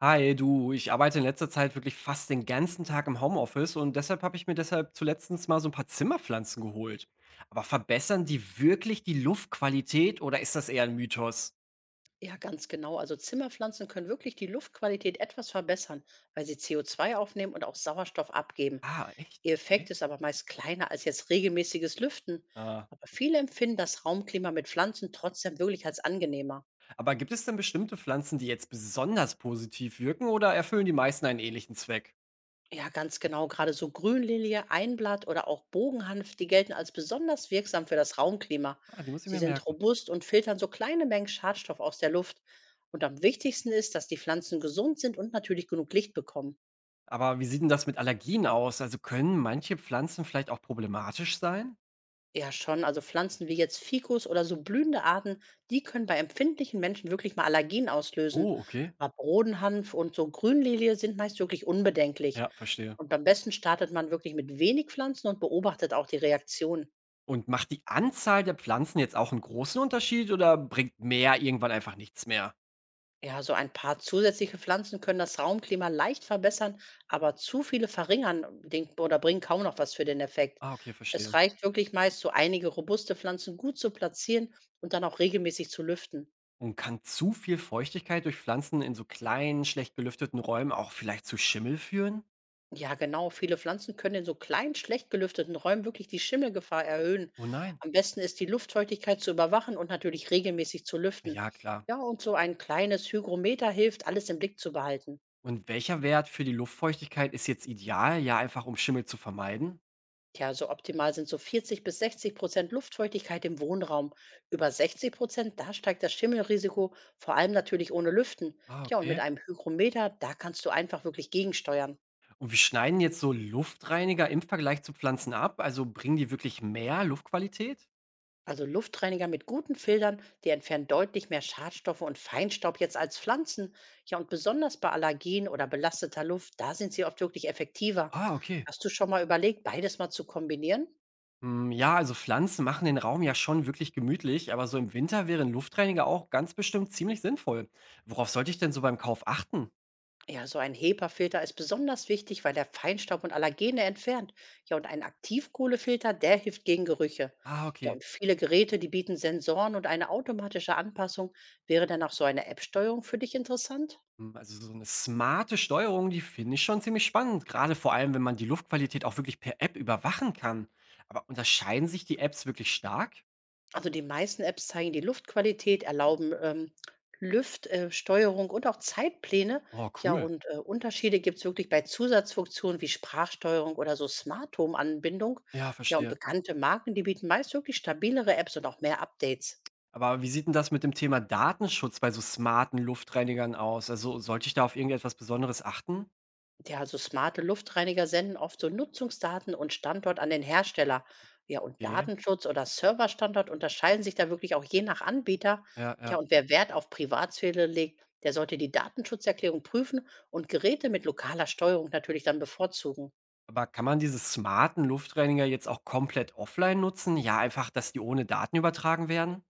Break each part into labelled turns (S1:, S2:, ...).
S1: Hi, du, ich arbeite in letzter Zeit wirklich fast den ganzen Tag im Homeoffice und deshalb habe ich mir deshalb zuletztens mal so ein paar Zimmerpflanzen geholt. Aber verbessern die wirklich die Luftqualität oder ist das eher ein Mythos?
S2: Ja, ganz genau. Also Zimmerpflanzen können wirklich die Luftqualität etwas verbessern, weil sie CO2 aufnehmen und auch Sauerstoff abgeben.
S1: Ah, echt?
S2: Ihr
S1: Okay.
S2: Effekt ist aber meist kleiner als jetzt regelmäßiges Lüften.
S1: Ah.
S2: Aber viele empfinden das Raumklima mit Pflanzen trotzdem wirklich als angenehmer.
S1: Aber gibt es denn bestimmte Pflanzen, die jetzt besonders positiv wirken oder erfüllen die meisten einen ähnlichen Zweck?
S2: Ja, ganz genau. Gerade so Grünlilie, Einblatt oder auch Bogenhanf, die gelten als besonders wirksam für das Raumklima.
S1: Ah, die muss ich
S2: Sie
S1: mir
S2: sind
S1: merken.
S2: robust und filtern so kleine Mengen Schadstoff aus der Luft. Und am wichtigsten ist, dass die Pflanzen gesund sind und natürlich genug Licht bekommen.
S1: Aber wie sieht denn das mit Allergien aus? Also können manche Pflanzen vielleicht auch problematisch sein?
S2: Ja, schon. Also Pflanzen wie jetzt Ficus oder so blühende Arten, die können bei empfindlichen Menschen wirklich mal Allergien auslösen.
S1: Oh, okay.
S2: Aber Rodenhanf und so Grünlilie sind meist wirklich unbedenklich.
S1: Ja, verstehe.
S2: Und am besten startet man wirklich mit wenig Pflanzen und beobachtet auch die Reaktion.
S1: Und macht die Anzahl der Pflanzen jetzt auch einen großen Unterschied oder bringt mehr irgendwann einfach nichts mehr?
S2: Ja, so ein paar zusätzliche Pflanzen können das Raumklima leicht verbessern, aber zu viele verringern oder bringen kaum noch was für den Effekt.
S1: Ah, okay,
S2: Es
S1: verstehe.
S2: reicht wirklich meist, so einige robuste Pflanzen gut zu platzieren und dann auch regelmäßig zu lüften.
S1: Und kann zu viel Feuchtigkeit durch Pflanzen in so kleinen, schlecht belüfteten Räumen auch vielleicht zu Schimmel führen?
S2: Ja, genau. Viele Pflanzen können in so kleinen, schlecht gelüfteten Räumen wirklich die Schimmelgefahr erhöhen.
S1: Oh nein.
S2: Am besten ist die Luftfeuchtigkeit zu überwachen und natürlich regelmäßig zu lüften.
S1: Ja, klar.
S2: Ja, und so ein kleines Hygrometer hilft, alles im Blick zu behalten.
S1: Und welcher Wert für die Luftfeuchtigkeit ist jetzt ideal, ja, einfach um Schimmel zu vermeiden?
S2: Tja, so optimal sind so 40 bis 60% Luftfeuchtigkeit im Wohnraum. Über 60%, da steigt das Schimmelrisiko, vor allem natürlich ohne Lüften.
S1: Ah,
S2: Tja, und mit
S1: okay.
S2: einem Hygrometer, da kannst du einfach wirklich gegensteuern.
S1: Und wir schneiden jetzt so Luftreiniger im Vergleich zu Pflanzen ab? Also, bringen die wirklich mehr Luftqualität?
S2: Also Luftreiniger mit guten Filtern, die entfernen deutlich mehr Schadstoffe und Feinstaub jetzt als Pflanzen. Ja, und besonders bei Allergien oder belasteter Luft, da sind sie oft wirklich effektiver.
S1: Ah, okay.
S2: Hast du schon mal überlegt, beides mal zu kombinieren?
S1: Hm, ja, also Pflanzen machen den Raum ja schon wirklich gemütlich, aber so im Winter wären Luftreiniger auch ganz bestimmt ziemlich sinnvoll. Worauf sollte ich denn so beim Kauf achten?
S2: Ja, so ein HEPA-Filter ist besonders wichtig, weil der Feinstaub und Allergene entfernt. Ja, und ein Aktivkohlefilter, der hilft gegen Gerüche.
S1: Ah,
S2: Ja,
S1: okay.
S2: und viele Geräte, die bieten Sensoren und eine automatische Anpassung. Wäre dann auch so eine App-Steuerung für dich interessant?
S1: Hm, also so eine smarte Steuerung, die finde ich schon ziemlich spannend, gerade vor allem, wenn man die Luftqualität auch wirklich per App überwachen kann. Aber unterscheiden sich die Apps wirklich stark?
S2: Also die meisten Apps zeigen die Luftqualität, erlauben Lüftsteuerung Steuerung und auch Zeitpläne.
S1: Oh,
S2: Ja,
S1: cool.
S2: und Unterschiede gibt es wirklich bei Zusatzfunktionen wie Sprachsteuerung oder so Smart Home-Anbindung.
S1: Ja,
S2: Ja, und
S1: verstehe.
S2: bekannte Marken, die bieten meist wirklich stabilere Apps und auch mehr Updates.
S1: Aber wie sieht denn das mit dem Thema Datenschutz bei so smarten Luftreinigern aus? Also, sollte ich da auf irgendetwas Besonderes achten?
S2: Ja, also smarte Luftreiniger senden oft so Nutzungsdaten und Standort an den Hersteller. Ja, und
S1: Okay.
S2: Datenschutz oder Serverstandort unterscheiden sich da wirklich auch je nach Anbieter.
S1: Ja,
S2: Tja,
S1: ja.
S2: und wer Wert auf Privatsphäre legt, der sollte die Datenschutzerklärung prüfen und Geräte mit lokaler Steuerung natürlich dann bevorzugen.
S1: Aber kann man diese smarten Luftreiniger jetzt auch komplett offline nutzen? Ja, einfach, dass die ohne Daten übertragen werden?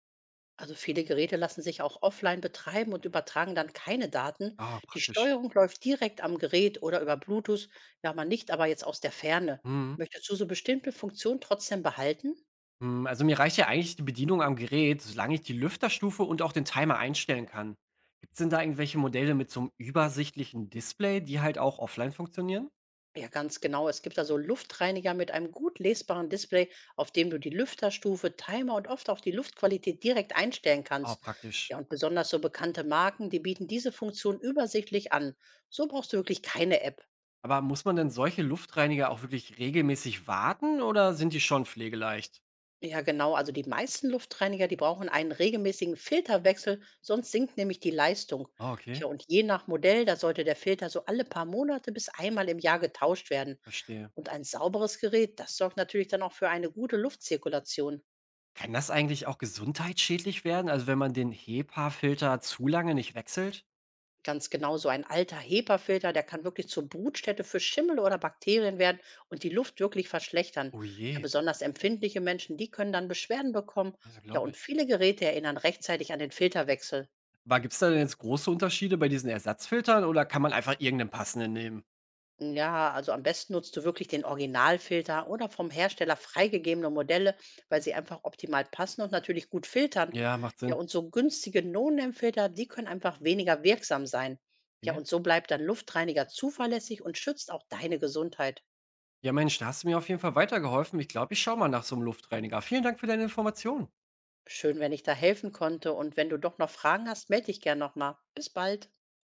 S2: Also viele Geräte lassen sich auch offline betreiben und übertragen dann keine Daten.
S1: Ah,
S2: Die
S1: praktisch.
S2: Steuerung läuft direkt am Gerät oder über Bluetooth, ja, man nicht aber jetzt aus der Ferne.
S1: Mhm.
S2: Möchtest du so bestimmte Funktionen trotzdem behalten?
S1: Mhm, also mir reicht ja eigentlich die Bedienung am Gerät, solange ich die Lüfterstufe und auch den Timer einstellen kann. Gibt's denn da irgendwelche Modelle mit so einem übersichtlichen Display, die halt auch offline funktionieren?
S2: Ja, ganz genau. Es gibt da so Luftreiniger mit einem gut lesbaren Display, auf dem du die Lüfterstufe, Timer und oft auch die Luftqualität direkt einstellen
S1: Ah,
S2: kannst.
S1: praktisch.
S2: Ja, und besonders so bekannte Marken, die bieten diese Funktion übersichtlich an. So brauchst du wirklich keine App.
S1: Aber muss man denn solche Luftreiniger auch wirklich regelmäßig warten oder sind die schon pflegeleicht?
S2: Ja, genau. Also die meisten Luftreiniger, die brauchen einen regelmäßigen Filterwechsel, sonst sinkt nämlich die Leistung.
S1: Ah, okay.
S2: Tja, und je nach Modell, da sollte der Filter so alle paar Monate bis einmal im Jahr getauscht werden.
S1: Verstehe.
S2: Und ein sauberes Gerät, das sorgt natürlich dann auch für eine gute Luftzirkulation.
S1: Kann das eigentlich auch gesundheitsschädlich werden? Also, wenn man den HEPA-Filter zu lange nicht wechselt?
S2: Ganz genau, so ein alter HEPA-Filter, der kann wirklich zur Brutstätte für Schimmel oder Bakterien werden und die Luft wirklich verschlechtern.
S1: Oh
S2: Ja,
S1: je,
S2: besonders empfindliche Menschen, die können dann Beschwerden bekommen.
S1: ja,
S2: Ja,
S1: glaube
S2: und
S1: ich.
S2: viele Geräte erinnern rechtzeitig an den Filterwechsel.
S1: Aber gibt's da denn jetzt große Unterschiede bei diesen Ersatzfiltern oder kann man einfach irgendeinen passenden nehmen?
S2: Ja, also am besten nutzt du wirklich den Originalfilter oder vom Hersteller freigegebene Modelle, weil sie einfach optimal passen und natürlich gut filtern.
S1: Ja, macht
S2: Ja,
S1: Sinn.
S2: und so günstige No-Name-Filter, die können einfach weniger wirksam sein. Ja,
S1: Ja.
S2: und so bleibt dein Luftreiniger zuverlässig und schützt auch deine Gesundheit.
S1: Ja, Mensch, da hast du mir auf jeden Fall weitergeholfen. Ich glaube, ich schaue mal nach so einem Luftreiniger. Vielen Dank für deine Informationen.
S2: Schön, wenn ich da helfen konnte. Und wenn du doch noch Fragen hast, melde dich gern nochmal. Bis bald.